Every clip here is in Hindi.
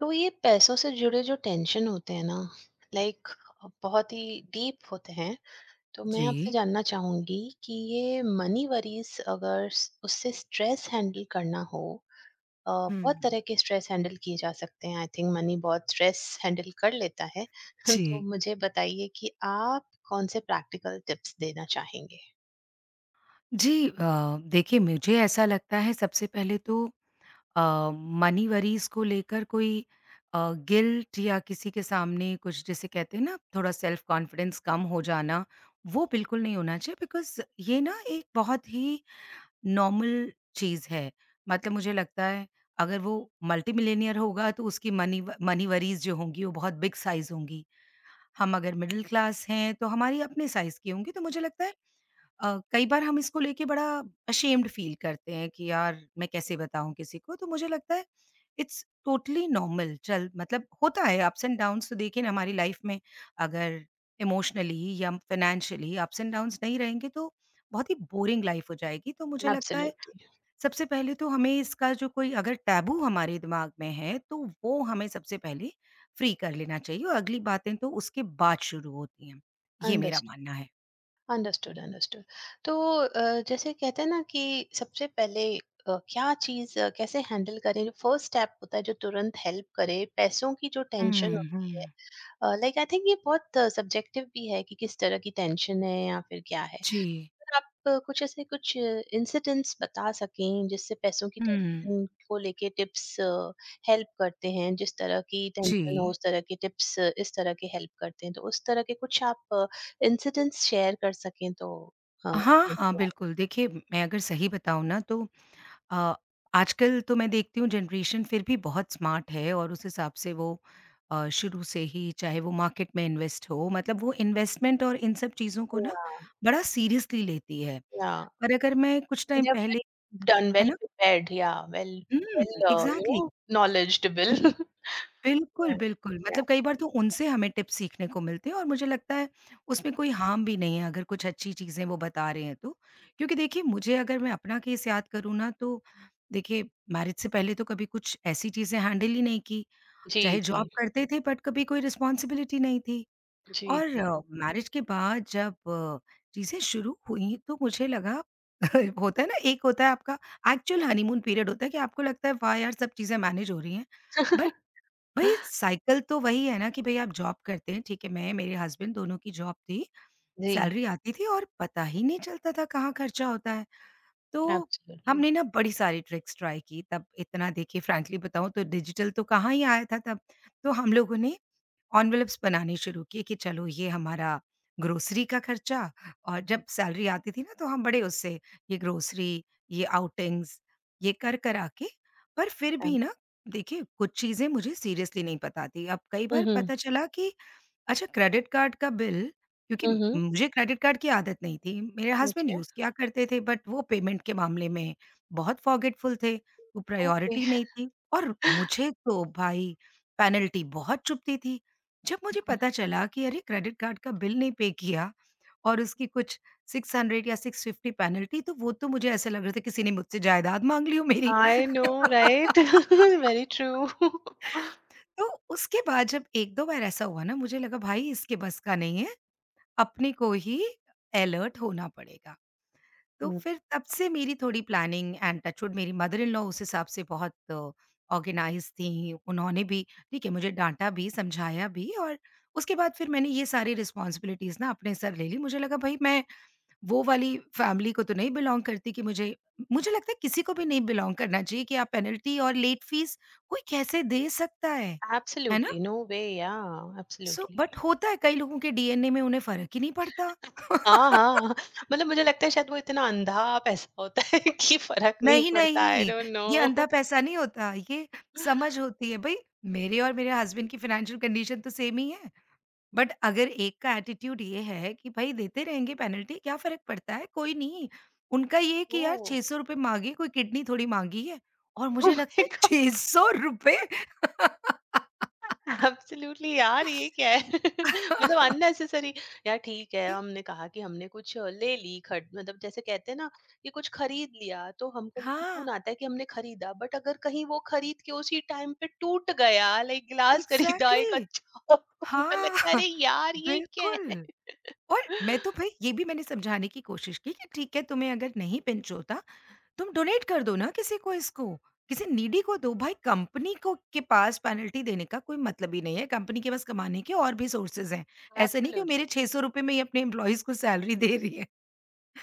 तो ये पैसों से जुड़े जो टेंशन होते हैं ना, लाइक बहुत ही डीप होते हैं। तो मैं आपसे जी। जानना चाहूंगी कि ये मनी वरीज अगर उससे स्ट्रेस हैंडल करना हो। बहुत हुँ। तरह के स्ट्रेस हैंडल किए जा सकते हैं, आई थिंक मनी बहुत स्ट्रेस हैंडल कर लेता है। तो जी। मुझे बताइए कि आप कौन से प्रैक्टिकल टिप्स देना चाहेंगे। जी देखिए मुझे ऐसा लगता है सबसे पहले तो अ, मनी वरीज़ को लेकर कोई गिल्ट या किसी के सामने कुछ जिसे कहते हैं ना, थोड़ा सेल्फ कॉन्फिडेंस कम हो जाना, वो बिल्कुल नहीं होना चाहिए। बिकॉज़ ये ना एक बहुत ही नॉर्मल चीज़ है। मतलब मुझे लगता है अगर वो मल्टीमिलियनेयर होगा तो उसकी मनी वरीज़ जो होंगी वो बहुत बिग साइज़ होंगी। हम अगर मिडल क्लास हैं तो हमारी अपने साइज़ की होंगी। तो मुझे लगता है कई बार हम इसको लेके बड़ा अशेम्ड फील करते हैं कि यार मैं कैसे बताऊँ किसी को? तो मुझे लगता है इट्स टोटली नॉर्मल। चल मतलब होता है अप्स एंड डाउन्स। तो देखिए ना, हमारी लाइफ में अगर इमोशनली या फाइनेंशियली अप्स एंड डाउन्स नहीं रहेंगे तो बहुत ही बोरिंग लाइफ हो जाएगी। तो मुझे लगता है एब्सोल्युटली, सबसे पहले तो हमें इसका, जो कोई अगर टैबू हमारे दिमाग में है, तो वो हमें सबसे पहले फ्री कर लेना चाहिए। और अगली बातें तो उसके बाद शुरू होती हैं। ये मेरा अंडरस्ट मानना है। Understood, understood. तो जैसे कहते हैं ना कि सबसे पहले क्या चीज़, कैसे हैंडल करें, जो फर्स्ट स्टेप होता है जो तुरंत हेल्प करे, पैसों की जो टेंशन हुँ, होती है। हुँ। लाइक आई थिंक ये बहुत सब्जेक्टिव भी है कि किस तरह की टेंशन है या फिर क्या है। जी। आप कुछ ऐसे कुछ इंसिडेंट्स बता सकें जिससे पैसों की हुँ। टेंशन को लेके टिप्स हेल्प करते हैं, जिस तरह की टेंशन हो जी। उस तरह की टिप्स इस तरह के हेल्प करते हैं, तो उस तरह के कुछ आप इंसिडेंट्स शेयर कर सकें तो। हाँ, हाँ, समझ हाँ, में बिल्कुल। देखिए, मैं अगर सही बताऊँ ना, तो अ, आजकल तो मैं देखती हूँ जनरेशन फिर भी बहुत स्मार्ट है और उस हिसाब से वो शुरू से ही, चाहे वो मार्केट में इन्वेस्ट हो, मतलब वो इन्वेस्टमेंट और इन सब चीज़ों को आए। ना बड़ा सीरियसली लेती है। या पर अगर मैं कुछ टाइम they are पहले। well done, है well ना? prepared. Yeah, well, हुँ, well, you exactly. know, knowledgeable. बिल्कुल, Yeah, बिल्कुल। yeah. मतलब कई बार तो उनसे हमें टिप्स सीखने को मिलते हैं और मुझे लगता है उसमें कोई हार्म भी नहीं है, अगर कुछ अच्छी चीज़ें वो बता रहे हैं तो। क्योंकि देखिए, मुझे अगर मैं अपना केस याद करूँ ना, तो देखिए मैरिज से पहले तो कभी कुछ ऐसी चीज़ें हैंडल ही नहीं की। जी चाहे जॉब जी करते थे बट कभी कोई रिस्पॉन्सिबिलिटी नहीं थी। जी और जी। मैरिज के बाद जब चीज़ें शुरू हुई तो मुझे लगा होता है ना, एक होता है आपका एक्चुअल हनीमून पीरियड। होता है कि आपको लगता है वाह यार! सब चीज़ें मैनेज हो रही हैं। बट भई साइकिल तो वही है ना, कि भई आप जॉब करते हैं, ठीक है, मैं, मेरे हस्बैंड दोनों की जॉब थी, जी। सैलरी आती थी और पता ही नहीं चलता था कहाँ खर्चा होता है। तो Absolutely. हमने ना बड़ी सारी ट्रिक्स ट्राई की। तब इतना, देखिए फ्रैंकली बताऊँ, तो डिजिटल तो कहाँ ही आया था तब। तो हम लोगों ने एनवेलप्स बनाने शुरू किए कि चलो ये हमारा ग्रोसरी का खर्चा, और जब सैलरी आती थी ना, तो हम बड़े उससे ये ग्रोसरी, ये आउटिंग्स, ये कर-करा के। पर फिर Yeah. भी ना, देखिए कुछ चीज़ें मुझे सीरियसली नहीं पता थी। अब कई बार Mm-hmm. पता चला कि अच्छा, क्रेडिट कार्ड का बिल। क्योंकि मुझे क्रेडिट कार्ड की आदत नहीं थी, मेरे हस्बैंड Mm-hmm. यूज़ किया करते थे, बट वो पेमेंट के मामले में बहुत फॉरगेटफुल थे, वो Okay. प्रायोरिटी नहीं थी और मुझे तो भाई पेनल्टी बहुत चुभती थी। जब मुझे पता चला कि अरे! क्रेडिट कार्ड का बिल नहीं पे किया और उसकी कुछ 600 या 650 पेनल्टी, तो वो तो मुझे ऐसा लग रहा था किसी ने मुझसे जायदाद माँग ली हो मेरी। I know, right? Very true. तो उसके बाद जब 1-2 बार ऐसा हुआ ना, मुझे लगा भाई इसके बस का नहीं है। अपने को ही अलर्ट होना पड़ेगा। तो हुँ। फिर तब से मेरी थोड़ी प्लानिंग एंड टचवुड, मेरी मदर इन लॉ उस हिसाब से बहुत ऑर्गेनाइज़ थीं। उन्होंने भी, ठीक है, मुझे डाँटा भी, समझाया भी और उसके बाद फिर मैंने ये सारी रिस्पॉन्सिबिलिटीज़ ना अपने सर ले ली। मुझे लगा भई मैं वो वाली फैमिली को तो नहीं बिलॉन्ग करती कि मुझे मुझे लगता है किसी को भी नहीं बिलॉन्ग करना चाहिए कि आप पेनल्टी और लेट फ़ीस कोई कैसे दे सकता है ना? एब्सोल्युटली, नो वे या सो एब्सोल्युटली। बट होता है, कई लोगों के डीएनए में उन्हें फ़र्क ही नहीं पड़ता। हाँ, हाँ, मतलब मुझे लगता है शायद वो इतना अंधा पैसा होता है कि फ़र्क नहीं नहीं, पड़ता। आई नहीं, डोंट ये अंधा नो। पैसा नहीं होता, ये समझ होती है। भई मेरे और मेरे हस्बैंड की फाइनेंशियल कंडीशन तो सेम ही है, बट अगर एक का एटीट्यूड ये है कि भई देते रहेंगे पेनल्टी, क्या फ़र्क पड़ता है, कोई नहीं। उनका ये है कि यार ओह! ₹600 माँगी, कोई किडनी थोड़ी माँगी है और ओह मुझे लगता माय है गॉड! ₹600। एब्सोल्युटली यार, ये क्या है? मतलब अननेसेसरी। यार ठीक है, हमने कहा कि हमने कुछ ले ली खरीद, मतलब जैसे कहते हैं ना कि कुछ खरीद लिया तो हमको एक सुकून हाँ, आता है कि हमने खरीदा, बट अगर कहीं वो खरीद के उसी टाइम पे टूट गया लाइक गिलास खरीदा एक एग्ज़ैक्टली। अच्छा हमको हाँ, लगता है अरे यार, ये क्या है? बिल्कुल। और मैं तो भई ये भी मैंने समझाने की कोशिश की कि ठीक है, तुम्हें अगर नहीं पिंच होता, तुम डोनेट कर दो ना किसी को इसको, किसी नीडी को दो भाई। कंपनी को के पास पेनल्टी देने का कोई मतलब ही नहीं है, कंपनी के पास कमाने के और भी सोर्सेज़ हैं। ऐसा नहीं कि वो मेरे एब्सोल्युटली ₹600 में ही अपने एम्प्लॉयीज़ को सैलरी दे रही है।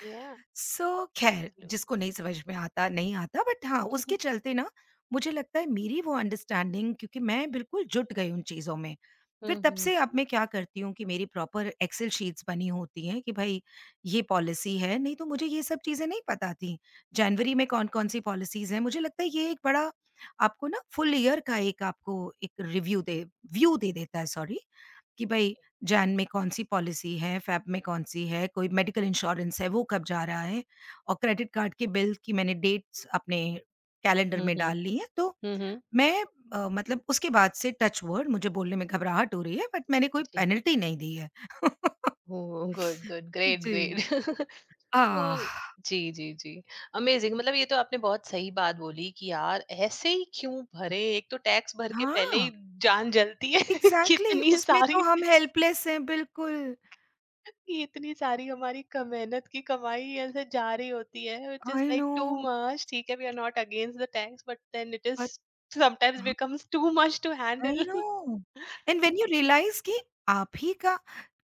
या सो खैर, एब्सोल्युटली। जिसको नहीं समझ में आता नहीं आता, बट हाँ उसके चलते ना, मुझे लगता है मेरी वो अंडरस्टैंडिंग, क्योंकि मैं बिल्कुल जुट गई उन चीज़ों में। फिर तब हम्म। से अब मैं क्या करती हूँ कि मेरी प्रॉपर एक्सेल शीट्स बनी होती हैं कि भई ये पॉलिसी है, नहीं तो मुझे ये सब चीज़ें नहीं पता थी। जनवरी में कौन-कौन सी पॉलिसीज़ हैं, मुझे लगता है ये एक बड़ा आपको ना फुल ईयर का एक आपको एक रिव्यू दे व्यू दे देता है, सॉरी। कि भई जैन में कौन-सी पॉलिसी है, फ़ेब में कौन-सी है, कोई मेडिकल इंश्योरेंस है, वो कब जा रहा है, और क्रेडिट कार्ड के बिल की मैंने डेट्स अपने कैलेंडर में हम्म। डाल ली हैं। तो हम्म। मैं मतलब उसके बाद से टच वुड मुझे बोलने में घबराहट हो रही है, बट मैंने कोई जी, पेनल्टी नहीं दी है। ओ, गुड गुड ग्रेट जी। ग्रेट। आह! तो जी, जी, जी। अमेज़िंग, मतलब ये तो आपने बहुत सही बात बोली कि यार ऐसे ही क्यों भरे? एक तो टैक्स भर के पहले ही हाँ, जान जलती है कि एग्ज़ैक्टली, इतनी उसमें तो सारी, हम हेल्पलेस हैं बिल्कुल। कि इतनी सारी हमारी क मेहनत की कमाई ऐसे जा रही होती है which is I like no, too much. ठीक है, we are not against the tax, but then it is sometimes but becomes too much to I handle. No and when you realise कि आप ही का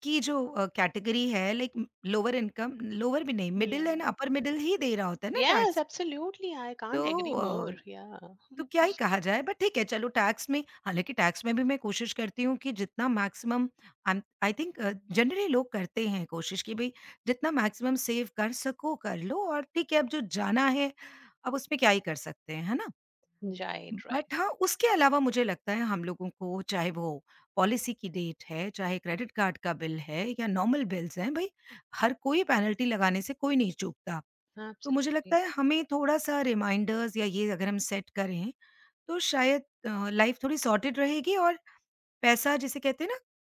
की जो कैटेगरी है लाइक लोअर इनकम, लोअर भी नहीं, या। मिडिल एंड अपर मिडिल ही दे रहा होता है ना Yes, tax. absolutely. I can't तो agree अ, more. Yeah. तो क्या ही कहा जाए, बट ठीक है चलो। टैक्स में, हालांकि टैक्स में भी मैं कोशिश करती हूँ कि जितना मैक्सिमम, आई थिंक जनरली लोग करते हैं कोशिश कि भाई जितना मैक्सिमम सेव कर सको कर लो, और ठीक है अब जो जाना है, अब उसमें क्या ही कर सकते हैं, है ना? Right, right. बट हाँ, उसके अलावा मुझे लगता है हम लोगों को, चाहे वो पॉलिसी की डेट है, चाहे क्रेडिट कार्ड का बिल है या नॉर्मल बिल्स हैं, भई हर कोई पेनल्टी लगाने से कोई नहीं चूकता। तो मुझे लगता Absolutely. है हमें थोड़ा-सा रिमाइंडर्स या ये अगर हम सेट करें, तो शायद लाइफ थोड़ी सॉर्टेड रहेगी और पैसा, जिसे कहते हैं ना,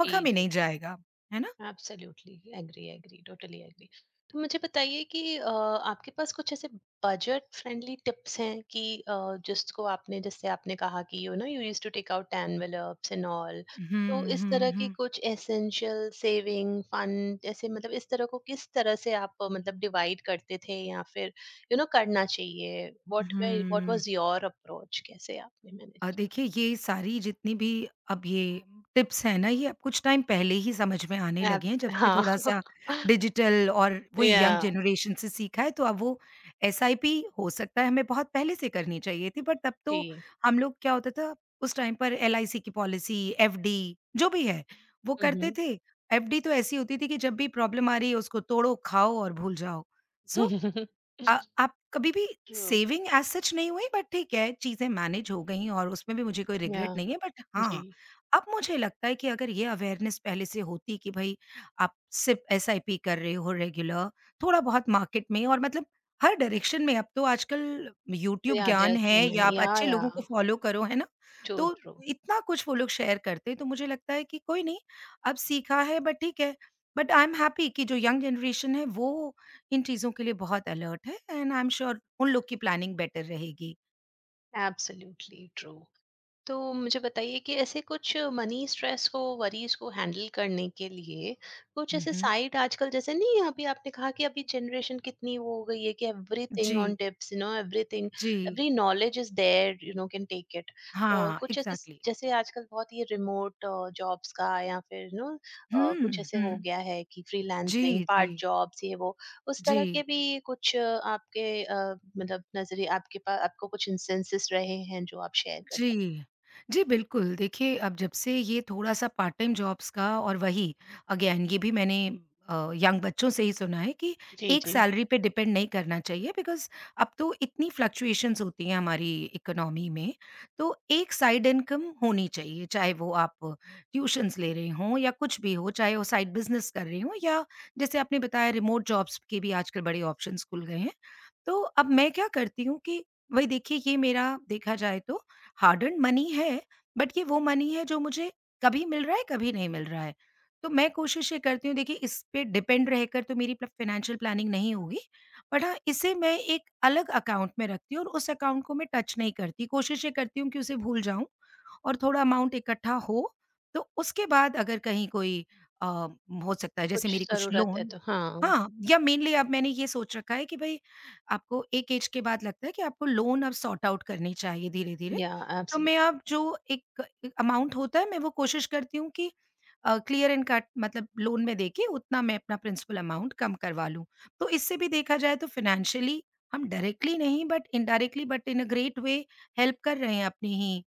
जी, में जी। नहीं जाएगा। है ना? Absolutely agree agree totally agree. तो मुझे बताइए कि आपके पास कुछ ऐसे बजट फ्रेंडली टिप्स हैं कि अ, जिसको आपने, जैसे आपने कहा कि you know you used to take out envelopes and all, तो हुँ, इस तरह हुँ, की हुँ। कुछ एसेंशियल सेविंग फंड ऐसे, मतलब इस तरह को किस तरह से आप मतलब डिवाइड करते थे, या फिर यू नो करना चाहिए? व्हाट वे, व्हाट हुँ। Was your approach? कैसे आपने मैनेज किया? देखिए ये सारी जितनी भी अब ये टिप्स हैं ना, ये अब कुछ टाइम पहले ही समझ में आने लगे हैं, जब से हाँ। थोड़ा-सा डिजिटल और वही यंग या जनरेशन से सीखा है। तो अब वो एसआईपी हो सकता है हमें बहुत पहले से करनी चाहिए थी, बट तब जी तो हम लोग क्या होता था, उस टाइम पर एलआईसी की पॉलिसी, एफडी जो भी है वो करते हम्म। थे। एफडी तो ऐसी होती थी कि जब भी प्रॉब्लम आ रही है, उसको तोड़ो, खाओ और भूल जाओ। सो अ, आप कभी भी True. सेविंग एज़ सच नहीं हुई। बट ठीक है, चीज़ें मैनेज हो गईं और उसमें भी मुझे कोई रिग्रेट Yeah. नहीं है। बट हाँ, Gee. अब मुझे लगता है कि अगर ये अवेयरनेस पहले से होती कि भई आप सिर्फ़ एसआईपी कर रहे हो रेगुलर, थोड़ा-बहुत मार्केट में, और मतलब हर डायरेक्शन में, अब तो आजकल यूट्यूब Yeah, there ज्ञान are है, too या many. आप Yeah, अच्छे yeah. लोगों को फ़ॉलो करो, है ना? Too तो true. इतना कुछ वो लोग शेयर करते हैं, तो मुझे लगता है कि कोई नहीं, अब सीखा है बट ठीक है। बट आई एम हैप्पी कि जो यंग जनरेशन है वो इन चीज़ों के लिए बहुत अलर्ट है, एंड आई एम श्योर उन लोग की प्लानिंग बेटर रहेगी। Absolutely true. तो मुझे बताइए कि ऐसे कुछ मनी स्ट्रेस को वरीज को हैंडल करने के लिए कुछ हुँ, ऐसे हुँ। साइट आजकल, जैसे नहीं, अभी आपने कहा कि अभी जनरेशन कितनी वो हो गई है कि एवरीथिंग ऑन जी, टिप्स, यू नो, एवरीथिंग जी। Every knowledge is there, you know can take it. और हाँ, कुछ ऐसे एग्ज़ैक्टली। जैसे आजकल बहुत ये रिमोट जॉब्स का, या फिर यू नो कुछ हुँ, ऐसे हो हुँ। गया है कि फ्रीलांसिंग जी, जी, पार्ट जॉब्स ये वो, उस जी। तरह के भी कुछ आपके मतलब नजरिए, आपके पास आपको कुछ इंस्टेंसेस रहे हैं जो आप शेयर कर? जी। जी, बिल्कुल। देखिए, अब जब से ये थोड़ा-सा पार्ट टाइम जॉब्स का, और वही अगेन ये भी मैंने यंग बच्चों से ही सुना है कि जी, एक जी, सैलरी पे डिपेंड नहीं करना चाहिए, बिकॉज़ अब तो इतनी फ्लक्चुएशंस होती हैं हमारी इकोनॉमी में। तो एक साइड इनकम होनी चाहिए। चाहे वो आप ट्यूशन्स ले रहे हों या कुछ भी हो, चाहे वो साइड बिज़नेस कर रहे हों, या जैसे आपने बताया रिमोट जॉब्स के भी आजकल बड़े ऑप्शंस खुल गए हैं। तो अब मैं क्या करती हूँ कि वही देखिए, ये मेरा देखा जाए तो हार्ड अर्न्ड मनी है, बट ये वो मनी है जो मुझे कभी मिल रहा है, कभी नहीं मिल रहा है। तो मैं कोशिश ये करती हूँ, देखिए इस पे डिपेंड रहकर तो मेरी प्ल फ़ाइनेंशियल प्लानिंग नहीं होगी, बट हाँ, इसे मैं एक अलग अकाउंट में रखती हूँ और उस अकाउंट को मैं टच नहीं करती। कोशिश ये करती हूँ कि उसे भूल जाऊँ और थोड़ा अमाउंट इकट्ठा हो, तो उसके बाद अगर कहीं कोई अ, हो सकता है जैसे कुछ मेरी कुछ ज़रूरत है लोन, तो हाँ, हाँ, या मेनली अब मैंने ये सोच रखा है कि भई आपको एक ऐज के बाद लगता है कि आपको लोन अब सॉर्ट आउट करनी चाहिए धीरे-धीरे। या तो मैं एब्सोल्यूट अब जो एक अमाउंट होता है, मैं वो कोशिश करती हूँ कि क्लियर एंड कट, मतलब लोन में देके उतना मैं अपना प्रिंसिपल अमाउंट कम करवा लूँ। तो इससे भी देखा जाए तो फाइनेंशियली हम डायरेक्टली नहीं, but indirectly, but in a great way help कर रहे हैं अपनी ही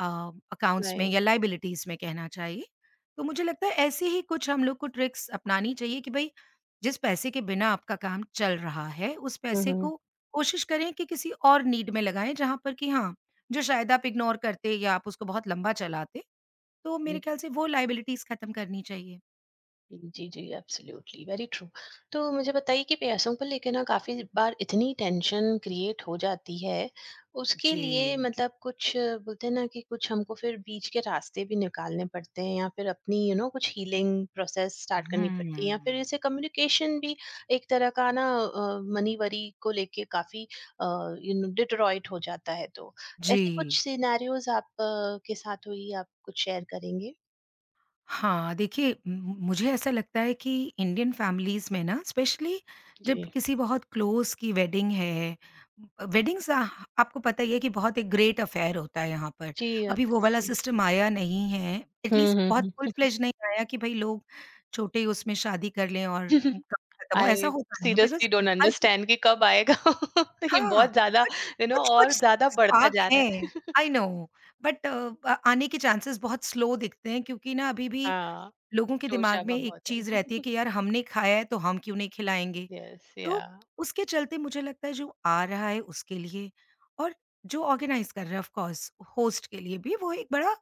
अ, अकाउंट्स में, या राइट। लायबिलिटीज़ में कहना चाहिए। तो मुझे लगता है ऐसे ही कुछ हम लोग को ट्रिक्स अपनानी चाहिए कि भई, जिस पैसे के बिना आपका काम चल रहा है, उस हुँ, पैसे हुँ, को कोशिश करें कि किसी और नीड में लगाएँ, जहाँ पर कि हाँ, जो शायद आप इग्नोर करते या आप उसको बहुत लंबा चलाते, तो हुँ। मेरे ख्याल से वो लायबिलिटीज़ खत्म करनी चाहिए। जी, जी, एब्सोल्युटली, वेरी ट्रू। तो मुझे बताइए कि पैसों को लेके ना काफ़ी बार इतनी टेंशन क्रिएट हो जाती है, उसके लिए जी। मतलब कुछ, बोलते हैं ना कि कुछ हमको फिर बीच के रास्ते भी निकालने पड़ते हैं, या फिर अपनी यू you नो know, कुछ हीलिंग प्रोसेस स्टार्ट करनी हुँ। पड़ती है, या फिर इसे कम्युनिकेशन भी एक तरह का ना, मनी वरी को लेके काफ़ी अ, यू नो डिट्रॉइट हो जाता है तो, जी। ऐसे कुछ सिनेरियोज़ आप के साथ हुई आप कुछ शेयर करेंगे? हाँ, देखिए, म मुझे ऐसा लगता है कि इंडियन फैमिलीज़ में ना, स्पेशली जब जी। किसी बहुत क्लोज़ की वेडिंग है, वेडिंग्स, आह आपको पता ही है कि बहुत एक ग्रेट अफ़ेयर होता है यहाँ पर। जी, अभी वो वाला एब्सोल्युटली। सिस्टम आया नहीं है, हुँ, एटलीस्ट हुँ, बहुत फुल हुँ। फ्लेज नहीं आया कि भई लोग छोटे ही उसमें शादी कर लें और काम खत्म हो, ऐसा आई होता नहीं है सीरियसली बिकॉज़ डोंट हर किस अंडरस्टैंड कि कब आएगा। ये हाँ, बहुत ज़्यादा बट यू नो कुछ-कुछ और ज़्यादा बढ़ता स्पार्क जा है, रहा है। आई नो, बट आने के चांसेस बहुत स्लो दिखते हैं, क्योंकि ना अभी भी हाँ। लोगों के दिमाग में जोशाबा एक बहुत है। चीज़ रहती है कि यार, हमने खाया है तो हम क्यों नहीं खिलाएँगे? यस या तो उसके चलते मुझे लगता है, जो आ रहा है उसके लिए, और जो ऑर्गेनाइज़ कर रहा है, ऑफ कोर्स होस्ट के लिए भी, वो एक बड़ा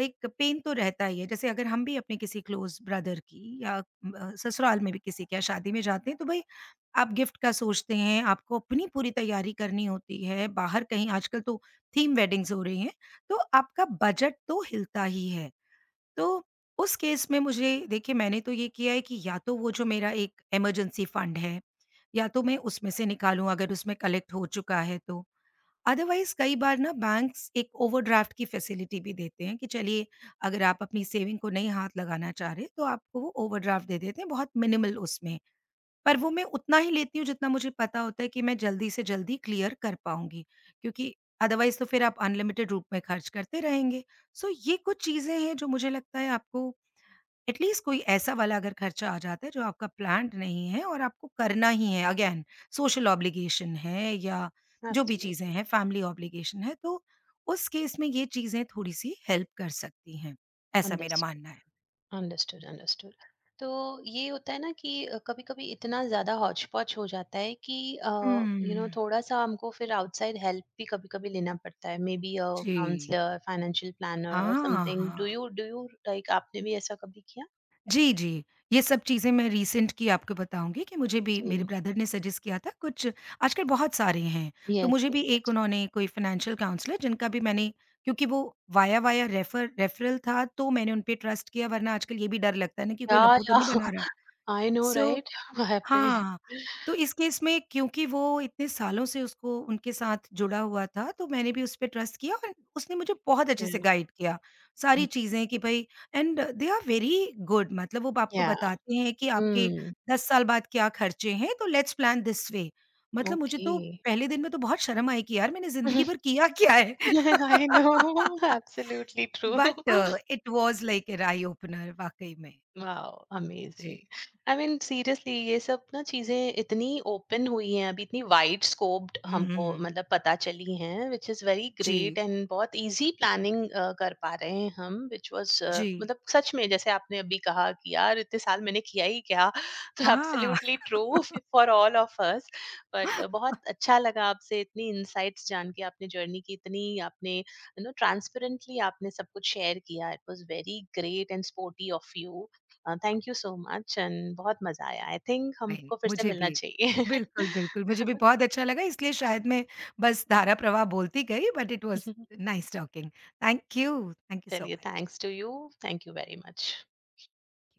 एक पेन तो रहता ही है। जैसे अगर हम भी अपने किसी क्लोज़ ब्रदर की, या ससुराल में भी किसी के यहाँ शादी में जाते हैं, तो भई आप गिफ्ट का सोचते हैं, आपको अपनी पूरी तैयारी करनी होती है, बाहर कहीं आजकल तो थीम वेडिंग्स हो रही हैं, तो आपका बजट तो हिलता ही है। तो उस केस में, मुझे देखिए, मैंने तो ये किया है कि या तो वो जो मेरा एक इमरजेंसी फंड है, या तो मैं उसमें से निकालूँ अगर उसमें कलेक्ट हो चुका है तो। अदरवाइज़ कई बार ना बैंक्स एक ओवरड्राफ्ट की फैसिलिटी भी देते हैं कि चलिए, अगर आप अपनी सेविंग को नहीं हाथ लगाना चाह रहे, तो आपको वो ओवरड्राफ्ट दे देते हैं, बहुत मिनिमल उसमें। पर वो मैं उतना ही लेती हूँ जितना मुझे पता होता है कि मैं जल्दी से जल्दी क्लियर कर पाऊँगी, क्योंकि अदरवाइज़ तो फिर आप अनलिमिटेड रूप में खर्च करते रहेंगे। सो ये कुछ चीज़ें हैं जो मुझे लगता है आपको, एटलीस्ट कोई ऐसा वाला अगर खर्चा आ जाता है जो आपका प्लान्ड नहीं है और आपको करना ही है, अगेन, सोशल ऑब्लिगेशन है, या जो भी चीज़ें एब्सोल्युटली। हैं, फैमिली ऑब्लिगेशन है, तो उस केस में ये चीज़ें थोड़ी-सी हेल्प कर सकती हैं। ऐसा मेरा अंडरस्टूड, मानना है। Understood, understood. तो ये होता है ना कि कभी-कभी इतना ज़्यादा hodgepodge हो जाता है कि यू नो हुँ। थोड़ा-सा हमको फिर आउटसाइड हेल्प भी कभी-कभी लेना पड़ता है। मे बी अ जी। काउंसलर, फाइनेंशियल प्लानर और हाँ, समथिंग। हाँ। डू यू लाइक आपने भी ऐसा कभी किया? जी, जी। ये सब चीज़ें मैं रिसेंट की आपको बताऊँगी कि मुझे भी मेरे जी। ब्रदर ने सजेस्ट किया था कुछ, आजकल बहुत सारे हैं। तो यस, मुझे भी एक यस। उन्होंने कोई फाइनेंशियल काउंसलर जिनका भी मैंने, क्योंकि वो वाया वाया रेफरल था, तो मैंने उन पे ट्रस्ट किया, वरना आजकल ये भी डर लगता है ना कि कोई Yeah, लप्पू तो yeah. नहीं बना रहा। I know, so right? Barre! हाँ, तो इस केस में, क्योंकि वो इतने सालों से उसको उनके साथ जुड़ा हुआ था, तो मैंने भी उस पे ट्रस्ट किया, और उसने मुझे बहुत अच्छे से Yeah. गाइड किया सारी Mm. चीज़ें कि भई, and they are very good, मतलब वो आपको Yeah. बताते हैं कि आपके Mm. 10 साल बाद क्या खर्चे हैं, तो लेट्स प्लान दिस वे। मतलब मुझे तो Okay. पहले दिन में तो बहुत शर्म आई कि यार, मैंने ज़िंदगी भर किया क्या है? I know. Absolutely true. But it was like an eye opener वाक़ई में। वाओ, जी। अमेजिंग। आई मीन सीरियसली ये सब ना चीजें इतनी ओपन हुई हैं अभी, इतनी वाइड स्कोप्ड हुँ, हुँ, हमको हुँ। मतलब पता चली हैं, विच इज वेरी ग्रेट, जी, एंड बहुत इजी प्लानिंग कर पा रहे हैं हम, विच वाज जी। मतलब सच में जैसे आपने अभी कहा कि यार इतने साल मैंने किया ही क्या। तो हाँ। Absolutely true for all of us. But बहुत अच्छा लगा आपसे इतनी इंसाइट्स जान के, आपने जर्नी की इतनी आपने यू नो ट्रांसपेरेंटली आपने सब कुछ शेयर किया, it was very great and sporty of you. Thank you so much, and बहुत मजा आया। आई थिंक नहीं, हमको फिर से मुझे भी मिलना चाहिए। बिल्कुल, बिल्कुल, मुझे भी बहुत अच्छा लगा, इसलिए शायद मैं बस धारा प्रवाह बोलती गई, but it was nice talking. Thank you so चलिए much. Thanks to you. Thank you very much.